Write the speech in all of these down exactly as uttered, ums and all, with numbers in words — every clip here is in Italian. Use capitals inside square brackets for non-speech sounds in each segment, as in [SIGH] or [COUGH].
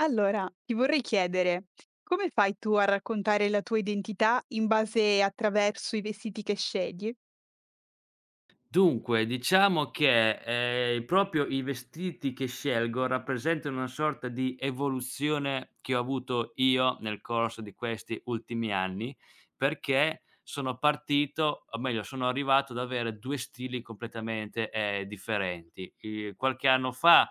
Allora, ti vorrei chiedere, come fai tu a raccontare la tua identità in base attraverso i vestiti che scegli? Dunque, diciamo che, ehm, proprio i vestiti che scelgo rappresentano una sorta di evoluzione che ho avuto io nel corso di questi ultimi anni, perché sono partito o meglio sono arrivato ad avere due stili completamente, ehm, differenti. I qualche anno fa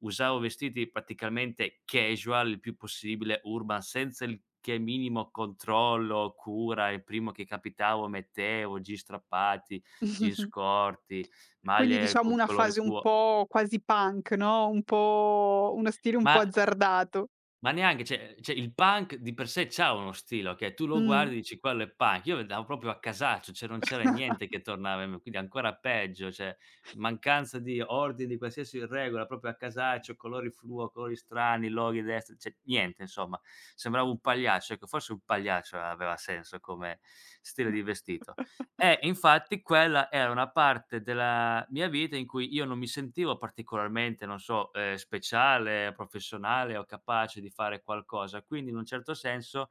usavo vestiti praticamente casual, il più possibile urban, senza il che minimo controllo, cura, il primo che capitavo mettevo jeans strappati, jeans [LAUGHS] corti, Quindi maglie diciamo con una colori fase un fluo. po' quasi punk, no, un po' uno stile un ma po' azzardato. Ma neanche, cioè cioè il punk di per sé c'ha uno stile, okay, tu lo Mh. guardi e dici: "Quello è punk". Io andavo proprio a casaccio, cioè non c'era niente che tornava in me, quindi ancora peggio, cioè mancanza di ordine, di qualsiasi regola, proprio a casaccio, colori fluo, colori strani, loghi destri, cioè niente insomma, sembravo un pagliaccio, ecco, forse un pagliaccio aveva senso come stile di vestito. Mh. Eh, [LAUGHS] e infatti quella era una parte della mia vita in cui io non mi sentivo particolarmente, non so, ehm, speciale, professionale o capace di fare qualcosa. Quindi in un certo senso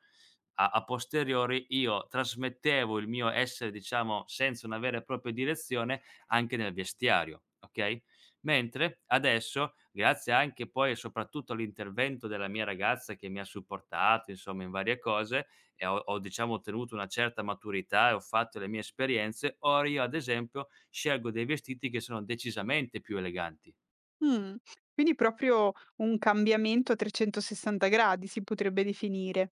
a a posteriori io trasmettevo il mio essere, diciamo, senza una vera e propria direzione anche nel vestiario, okay, mentre adesso, grazie anche poi e soprattutto all'intervento della mia ragazza che mi ha supportato, insomma, in varie cose, e ho ho diciamo ottenuto una certa maturità e ho fatto le mie esperienze, ora io ad esempio scelgo dei vestiti che sono decisamente più eleganti. Quindi proprio un cambiamento a trecentosessanta gradi si potrebbe definire.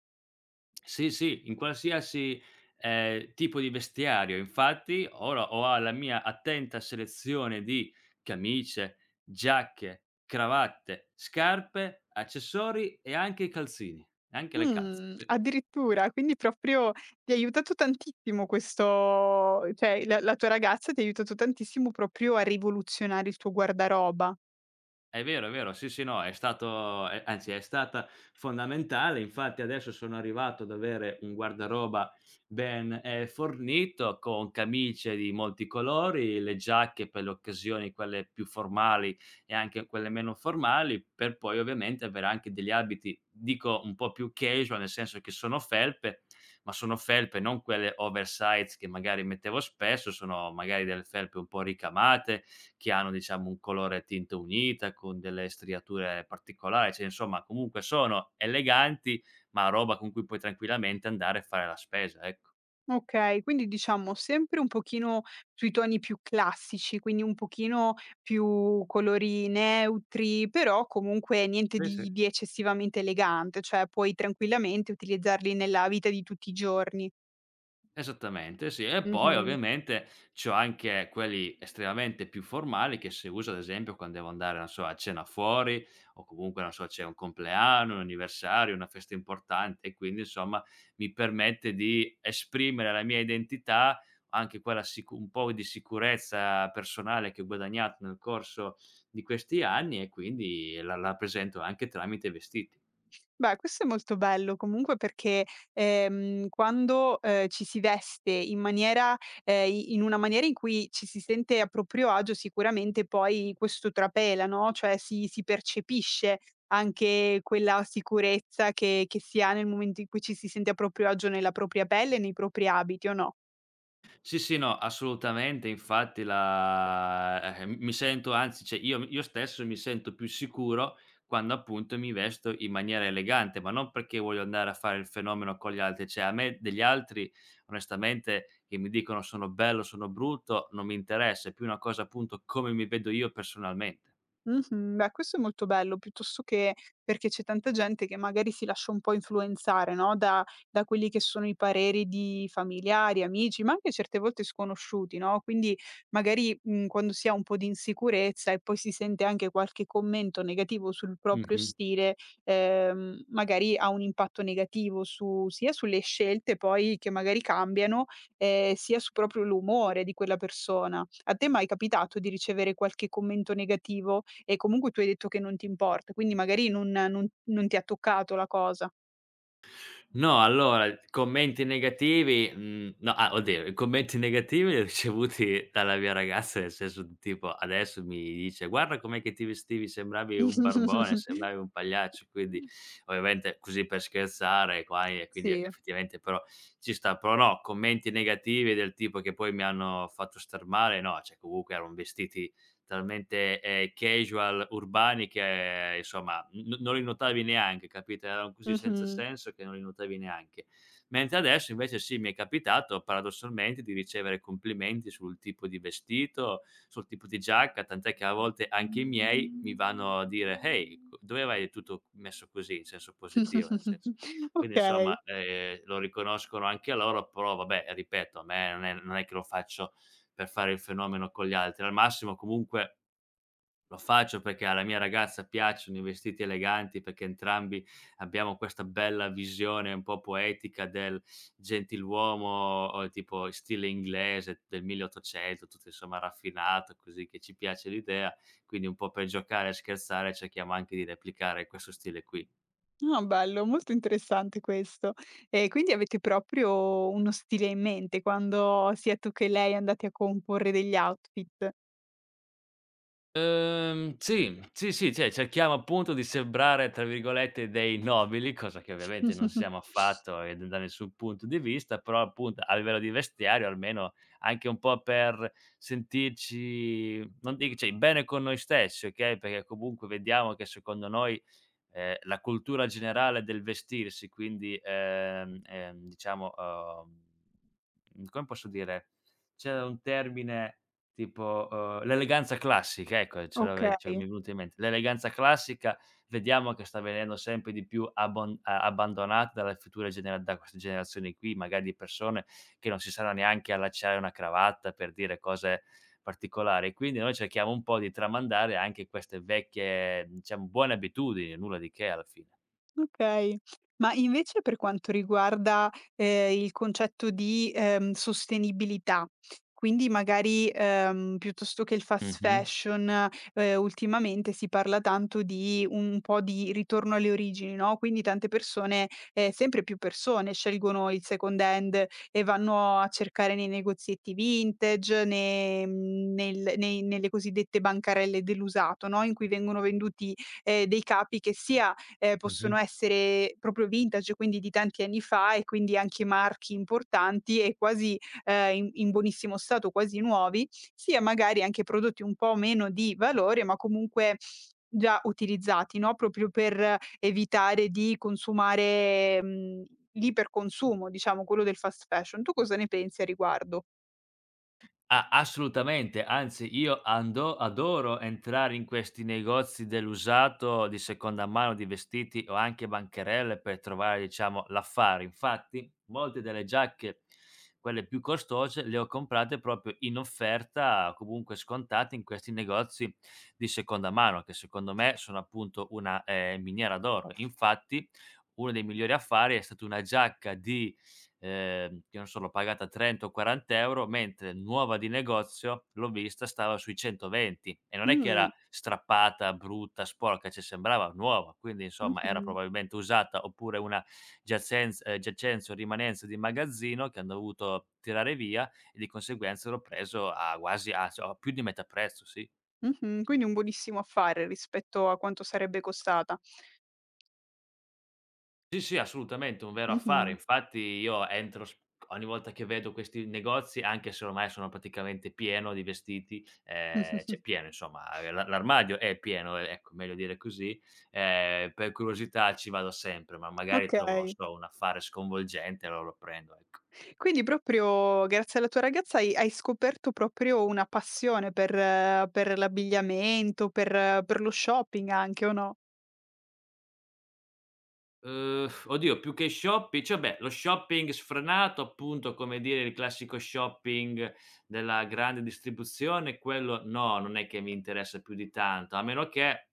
Sì, sì, in qualsiasi, ehm, tipo di vestiario. Infatti ora ho la mia attenta selezione di camicie, giacche, cravatte, scarpe, accessori e anche i calzini, anche le calze, Mh, sì. addirittura, quindi proprio ti ha aiutato tantissimo questo, cioè la la tua ragazza ti ha aiutato tantissimo proprio a rivoluzionare il tuo guardaroba. È vero, è vero. Sì, sì, no, è stato, è anzi è stata fondamentale. Infatti adesso sono arrivato ad avere un guardaroba ben, ehm, fornito con camicie di molti colori, le giacche per le occasioni quelle più formali e anche quelle meno formali, per poi ovviamente avere anche degli abiti, dico un po' più casual, nel senso che sono felpe, ma sono felpe non quelle oversize che magari mettevo spesso, sono magari delle felpe un po' ricamate, che hanno diciamo un colore tinta unita, con delle striature particolari, cioè insomma comunque sono eleganti, ma roba con cui puoi tranquillamente andare a fare la spesa, ecco. Okay, quindi diciamo sempre un pochino sui toni più classici, quindi un pochino più colori neutri, però comunque niente Sì, sì. di di eccessivamente elegante, cioè puoi tranquillamente utilizzarli nella vita di tutti i giorni. Esattamente, sì. E poi Mh-mh. ovviamente c'ho anche quelli estremamente più formali che se uso ad esempio quando devo andare, non so, a cena fuori o comunque, non so, c'è un compleanno, un anniversario, una festa importante e quindi insomma mi permette di esprimere la mia identità, anche quella sicu un po' di sicurezza personale che ho guadagnato nel corso di questi anni e quindi la la presento anche tramite vestiti. Beh, questo è molto bello comunque perché, ehm, quando, ehm, ci si veste in maniera ehm, i in una maniera in cui ci si sente a proprio agio, sicuramente poi questo trapela, no, cioè si si percepisce anche quella sicurezza che che si ha nel momento in cui ci si sente a proprio agio nella propria pelle e nei propri abiti, o no? Sì, sì, no, assolutamente. Infatti la ehm, mi sento anzi, cioè io io stesso mi sento più sicuro quando appunto mi vesto in maniera elegante, ma non perché voglio andare a fare il fenomeno con gli altri. Cioè a me degli altri onestamente che mi dicono sono bello, sono brutto, non mi interessa, è più una cosa appunto come mi vedo io personalmente. Mh-mh. Beh, questo è molto bello, piuttosto che perché c'è tanta gente che magari si lascia un po' influenzare, no, da da quelli che sono i pareri di familiari, amici, ma anche certe volte sconosciuti, no, quindi magari, mhmm, quando si ha un po' di insicurezza e poi si sente anche qualche commento negativo sul proprio Mh-mh. stile, ehm, magari ha un impatto negativo su sia sulle scelte poi che magari cambiano, ehm, sia su proprio l'umore di quella persona. A te è mai capitato di ricevere qualche commento negativo? E comunque tu hai detto che non ti importa, quindi magari non non non ti ha toccato la cosa. No, allora, commenti negativi, mhmm, no, ah, oddio, i commenti negativi li ho ricevuti dalla mia ragazza, nel senso di tipo adesso mi dice: "Guarda com'è che ti vestivi, sembravi un barbone, [LAUGHS] sembravi un pagliaccio." Quindi ovviamente così per scherzare qua e quindi Sì. effettivamente però ci sta. Però no, commenti negativi del tipo che poi mi hanno fatto star male, no, cioè comunque erano vestiti talmente, ehm, casual, urbani che eh, insomma n non li notavi neanche, capito? Erano così senza Mh-mh. senso che non li notavi neanche. Mentre adesso invece sì, mi è capitato paradossalmente di ricevere complimenti sul tipo di vestito, sul tipo di giacca, tant'è che a volte anche i miei mi vanno a dire: "Ehi, co dove vai tutto messo così?" In senso positivo, nel senso. [LAUGHS] Quindi Okay. insomma, ehm, lo riconoscono anche loro, però vabbè ripeto, a me non è non è che lo faccio per fare il fenomeno con gli altri. Al massimo comunque lo faccio perché alla mia ragazza piacciono i vestiti eleganti, perché entrambi abbiamo questa bella visione un po' poetica del gentiluomo, uhm, tipo stile inglese del milleottocento, tutto insomma raffinato, così che ci piace l'idea, quindi un po' per giocare e scherzare cerchiamo anche di replicare questo stile qui. Ah, bello, molto interessante questo. E quindi avete proprio uno stile in mente quando sia tu che lei andate a comporre degli outfit. Ehm, sì, sì, sì, cioè cerchiamo appunto di sembrare, tra virgolette, dei nobili, cosa che ovviamente non [LAUGHS] siamo affatto e d da nessun punto di vista, però appunto a livello di vestiario almeno anche un po' per sentirci, non dic cioè bene con noi stessi, okay, perché comunque vediamo che secondo noi, ehm, la cultura generale del vestirsi, quindi, ehm, ehm, diciamo, uhm, come posso dire, c'è un termine. Tipo, uhm, l'eleganza classica, ecco, ce l'ave cioè mi Okay. è venuta in mente. L'eleganza classica vediamo che sta venendo sempre di più abbon a abbandonata dalle future genera da queste generazioni qui, magari di persone che non si sanno neanche allacciare una cravatta per dire cose particolari. Quindi noi cerchiamo un po' di tramandare anche queste vecchie, diciamo, buone abitudini, nulla di che alla fine. Okay. Ma invece per quanto riguarda, ehm, il concetto di, ehm, sostenibilità, quindi magari, ehm, piuttosto che il fast Mh-mh, fashion, ehm, ultimamente si parla tanto di un po' di ritorno alle origini, no, quindi tante persone ehm, sempre più persone scelgono il second hand e vanno a cercare nei negozietti vintage, ne mhmm, nel nei nelle cosiddette bancarelle dell'usato, no, in cui vengono venduti, ehm, dei capi che sia ehm, mh-mh. possono essere proprio vintage, quindi di tanti anni fa e quindi anche marchi importanti e quasi, ehm, in in buonissimo stato, quasi nuovi, sia magari anche prodotti un po' meno di valore, ma comunque già utilizzati, no, proprio per evitare di consumare, mhmm, l'iperconsumo, diciamo, quello del fast fashion. Tu cosa ne pensi a riguardo? A assolutamente, anzi io ando adoro entrare in questi negozi dell'usato di seconda mano, di vestiti o anche bancarelle per trovare diciamo l'affare. Infatti molte delle giacche, quelle più costose, le ho comprate proprio in offerta, comunque scontate in questi negozi di seconda mano, che secondo me sono appunto una, ehm, miniera d'oro. Infatti, uno dei migliori affari è stata una giacca di ehm, che non so, l'ho pagata trenta o quaranta euro, mentre nuova di negozio, l'ho vista, stava sui centoventi e non è che Mh, era strappata, brutta, sporca, cioè sembrava nuova, quindi insomma era mh-mh, probabilmente usata oppure una giacenz ehm, giacenza o rimanenza di magazzino che han dovuto tirare via e di conseguenza l'ho preso a quasi a cioè a più di metà prezzo, sì. mh-mh. Quindi un buonissimo affare rispetto a quanto sarebbe costata. Sì, sì, assolutamente, un vero affare. Mh-mh. Infatti io entro sp ogni volta che vedo questi negozi, anche se ormai sono praticamente pieno di vestiti, ehm, cioè [LAUGHS] pieno insomma, ehm, l'a l'armadio è pieno, e ecco, meglio dire così, ehm, per curiosità ci vado sempre, ma magari trovo, non Okay. so, un affare sconvolgente, allora lo prendo, ecco. E quindi proprio grazie alla tua ragazza hai hai scoperto proprio una passione per eh, per l'abbigliamento, per eh, per lo shopping anche o no? Uhm, oddio, più che shoppi cioè beh, lo shopping sfrenato, appunto, come dire il classico shopping della grande distribuzione, quello no, non è che mi interessa più di tanto, a meno che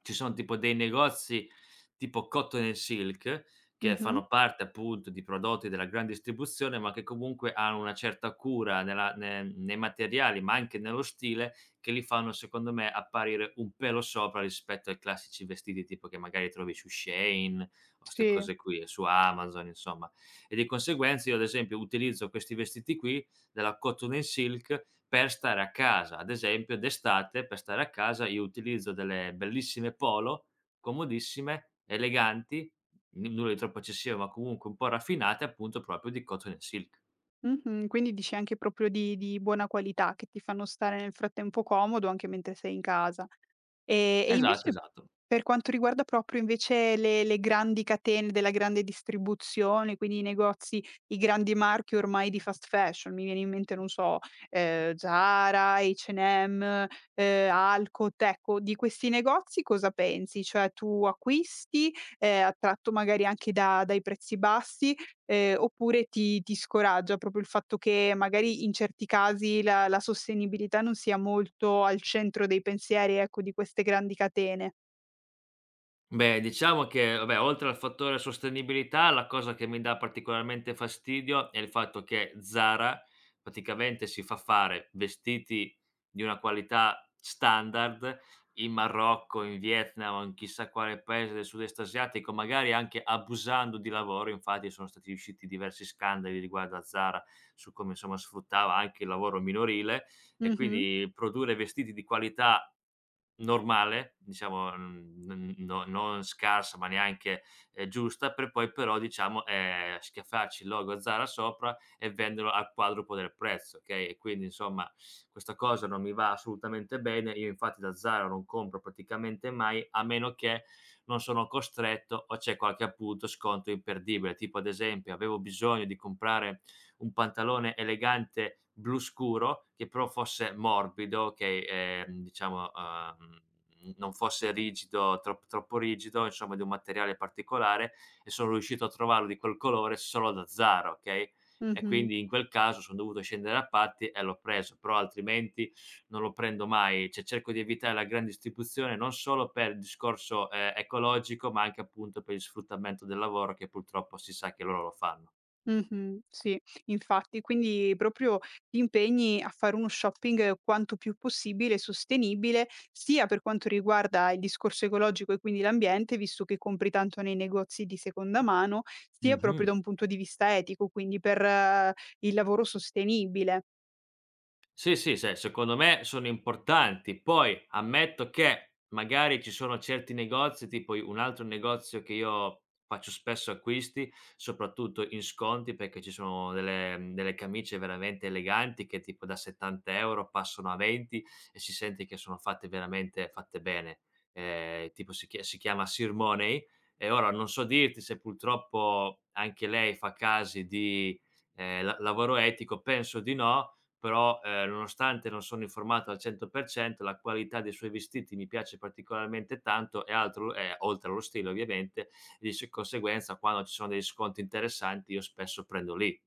ci sono tipo dei negozi tipo Cotton& and Silk, che Mh-mh. fanno parte appunto di prodotti della gran distribuzione, ma che comunque hanno una certa cura nella ne nei materiali, ma anche nello stile, che li fanno secondo me apparire un pelo sopra rispetto ai classici vestiti tipo che magari trovi su Shein o 'ste Sì. cose qui, e su Amazon insomma. E di conseguenza io ad esempio utilizzo questi vestiti qui della cotton and silk per stare a casa. Ad esempio d'estate per stare a casa io utilizzo delle bellissime polo, comodissime, eleganti, n nulla di troppo eccessivo, ma comunque un po' raffinate, appunto proprio di cotton and silk. Mh-mh. Quindi dici anche proprio di di buona qualità, che ti fanno stare nel frattempo comodo anche mentre sei in casa. E e Esatto, invece esatto. per quanto riguarda proprio invece le le grandi catene della grande distribuzione, quindi i negozi, i grandi marchi ormai di fast fashion, mi viene in mente, non so, ehm, Zara, acca e emme, ehm, Alcott, ecco, di questi negozi cosa pensi? Cioè tu acquisti, ehm, attratto magari anche da dai prezzi bassi? Ehm, oppure ti ti scoraggia proprio il fatto che magari in certi casi la la sostenibilità non sia molto al centro dei pensieri, ecco, di queste grandi catene. Beh, diciamo che vabbè, oltre al fattore sostenibilità, la cosa che mi dà particolarmente fastidio è il fatto che Zara praticamente si fa fare vestiti di una qualità standard in Marocco, in Vietnam o in chissà quale paese del sud-est asiatico, magari anche abusando di lavoro. Infatti sono stati usciti diversi scandali riguardo a Zara su come, insomma, sfruttava anche il lavoro minorile e Mh-mh, quindi produrre vestiti di qualità normale, diciamo, mhmm, n no non scarsa, ma neanche, ehm, giusta, per poi però, diciamo, ehm, schiaffarci il logo Zara sopra e venderlo al quadruplo del prezzo, okay, e quindi insomma questa cosa non mi va assolutamente bene. Io infatti da Zara non compro praticamente mai, a meno che non sono costretto o c'è qualche appunto sconto imperdibile. Tipo ad esempio avevo bisogno di comprare un pantalone elegante blu scuro, che però fosse morbido, che, ehm, diciamo, uhm, non fosse rigido, trop troppo rigido, insomma di un materiale particolare e sono riuscito a trovarlo di quel colore solo da Zara, okay, e mh-mh, quindi in quel caso son dovuto scendere a patti e l'ho preso, però altrimenti non lo prendo mai. Cioè cerco di evitare la gran distribuzione non solo per il discorso, ehm, ecologico, ma anche appunto per il sfruttamento del lavoro che purtroppo si sa che loro lo fanno. mh-mh, sì, infatti. Quindi proprio ti impegni a fare uno shopping quanto più possibile sostenibile, sia per quanto riguarda il discorso ecologico e quindi l'ambiente, visto che compri tanto nei negozi di seconda mano, sia proprio Mh-mh. da un punto di vista etico, quindi per eh, il lavoro sostenibile. Sì, sì, se secondo me sono importanti. Poi ammetto che magari ci sono certi negozi, tipo i un altro negozio che io faccio spesso acquisti, soprattutto in sconti, perché ci sono delle mhmm, delle camicie veramente eleganti che tipo da settanta euro passano a venti e si sente che sono fatte veramente fatte bene. Ehm, tipo si chia si chiama Sir Money e ora non so dirti se purtroppo anche lei fa casi di, ehm, la lavoro etico, penso di no, però, ehm, nonostante non sono informato al cento per cento, la qualità dei suoi vestiti mi piace particolarmente tanto e altro e oltre allo stile ovviamente, e di s conseguenza quando ci sono degli sconti interessanti io spesso prendo lì,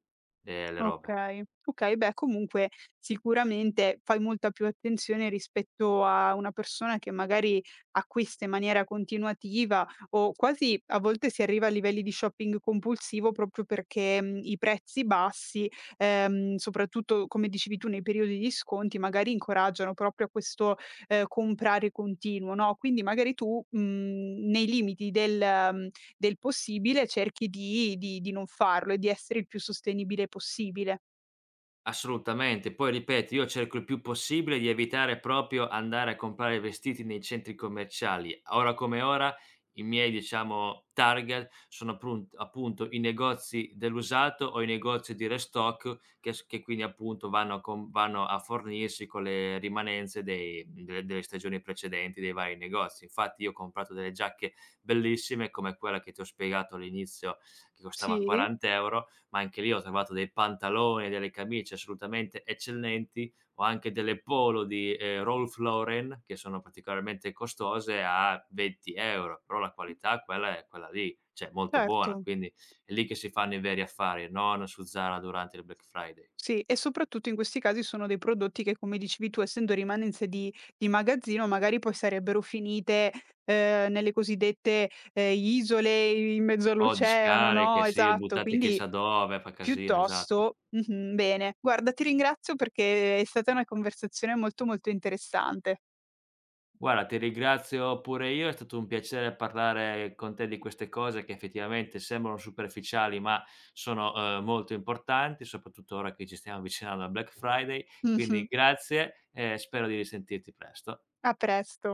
ehm, le robe. Okay, okay, beh comunque sicuramente fai molta più attenzione rispetto a una persona che magari acquista in maniera continuativa o quasi a volte si arriva a livelli di shopping compulsivo proprio perché, mhmm, i prezzi bassi, ehm, soprattutto come dicevi tu nei periodi di sconti, magari incoraggiano proprio a questo, ehm, comprare continuo, no, quindi magari tu, mhmm, nei limiti del del possibile cerchi di di di non farlo e di essere il più sostenibile possibile. Assolutamente. Poi ripeto, io cerco il più possibile di evitare proprio andare a comprare vestiti nei centri commerciali. Ora come ora i miei, diciamo, target sono apprun appunto i negozi dell'usato o i negozi di restock che s che quindi appunto vanno a com vanno a fornirsi con le rimanenze dei delle delle stagioni precedenti dei vari negozi. Infatti io ho comprato delle giacche bellissime come quella che ti ho spiegato all'inizio che costava Sì, quaranta euro ma anche lì ho trovato dei pantaloni e delle camicie assolutamente eccellenti, o anche delle polo di, ehm, Ralph Lauren che sono particolarmente costose a venti euro, però la qualità quella è quella lì, cioè molto buona, certo. quindi è lì che si fanno i veri affari, non su Zara durante il Black Friday. Sì, e soprattutto in questi casi sono dei prodotti che, come dicevi tu, essendo rimanenze di di magazzino, magari poi sarebbero finite, ehm, nelle cosiddette, ehm, isole in mezzo Oggi all'oceano, no, scariche, sì, esatto, buttate quindi chissà dove, fa casino, esatto. piuttosto mh-mh, bene. Guarda, ti ringrazio perché è stata una conversazione molto, molto interessante. Guarda, ti ringrazio pure io, è stato un piacere parlare con te di queste cose che effettivamente sembrano superficiali, ma sono, ehm, molto importanti, soprattutto ora che ci stiamo avvicinando al Black Friday. Quindi Mh-mh. grazie e spero di risentirti presto. A presto.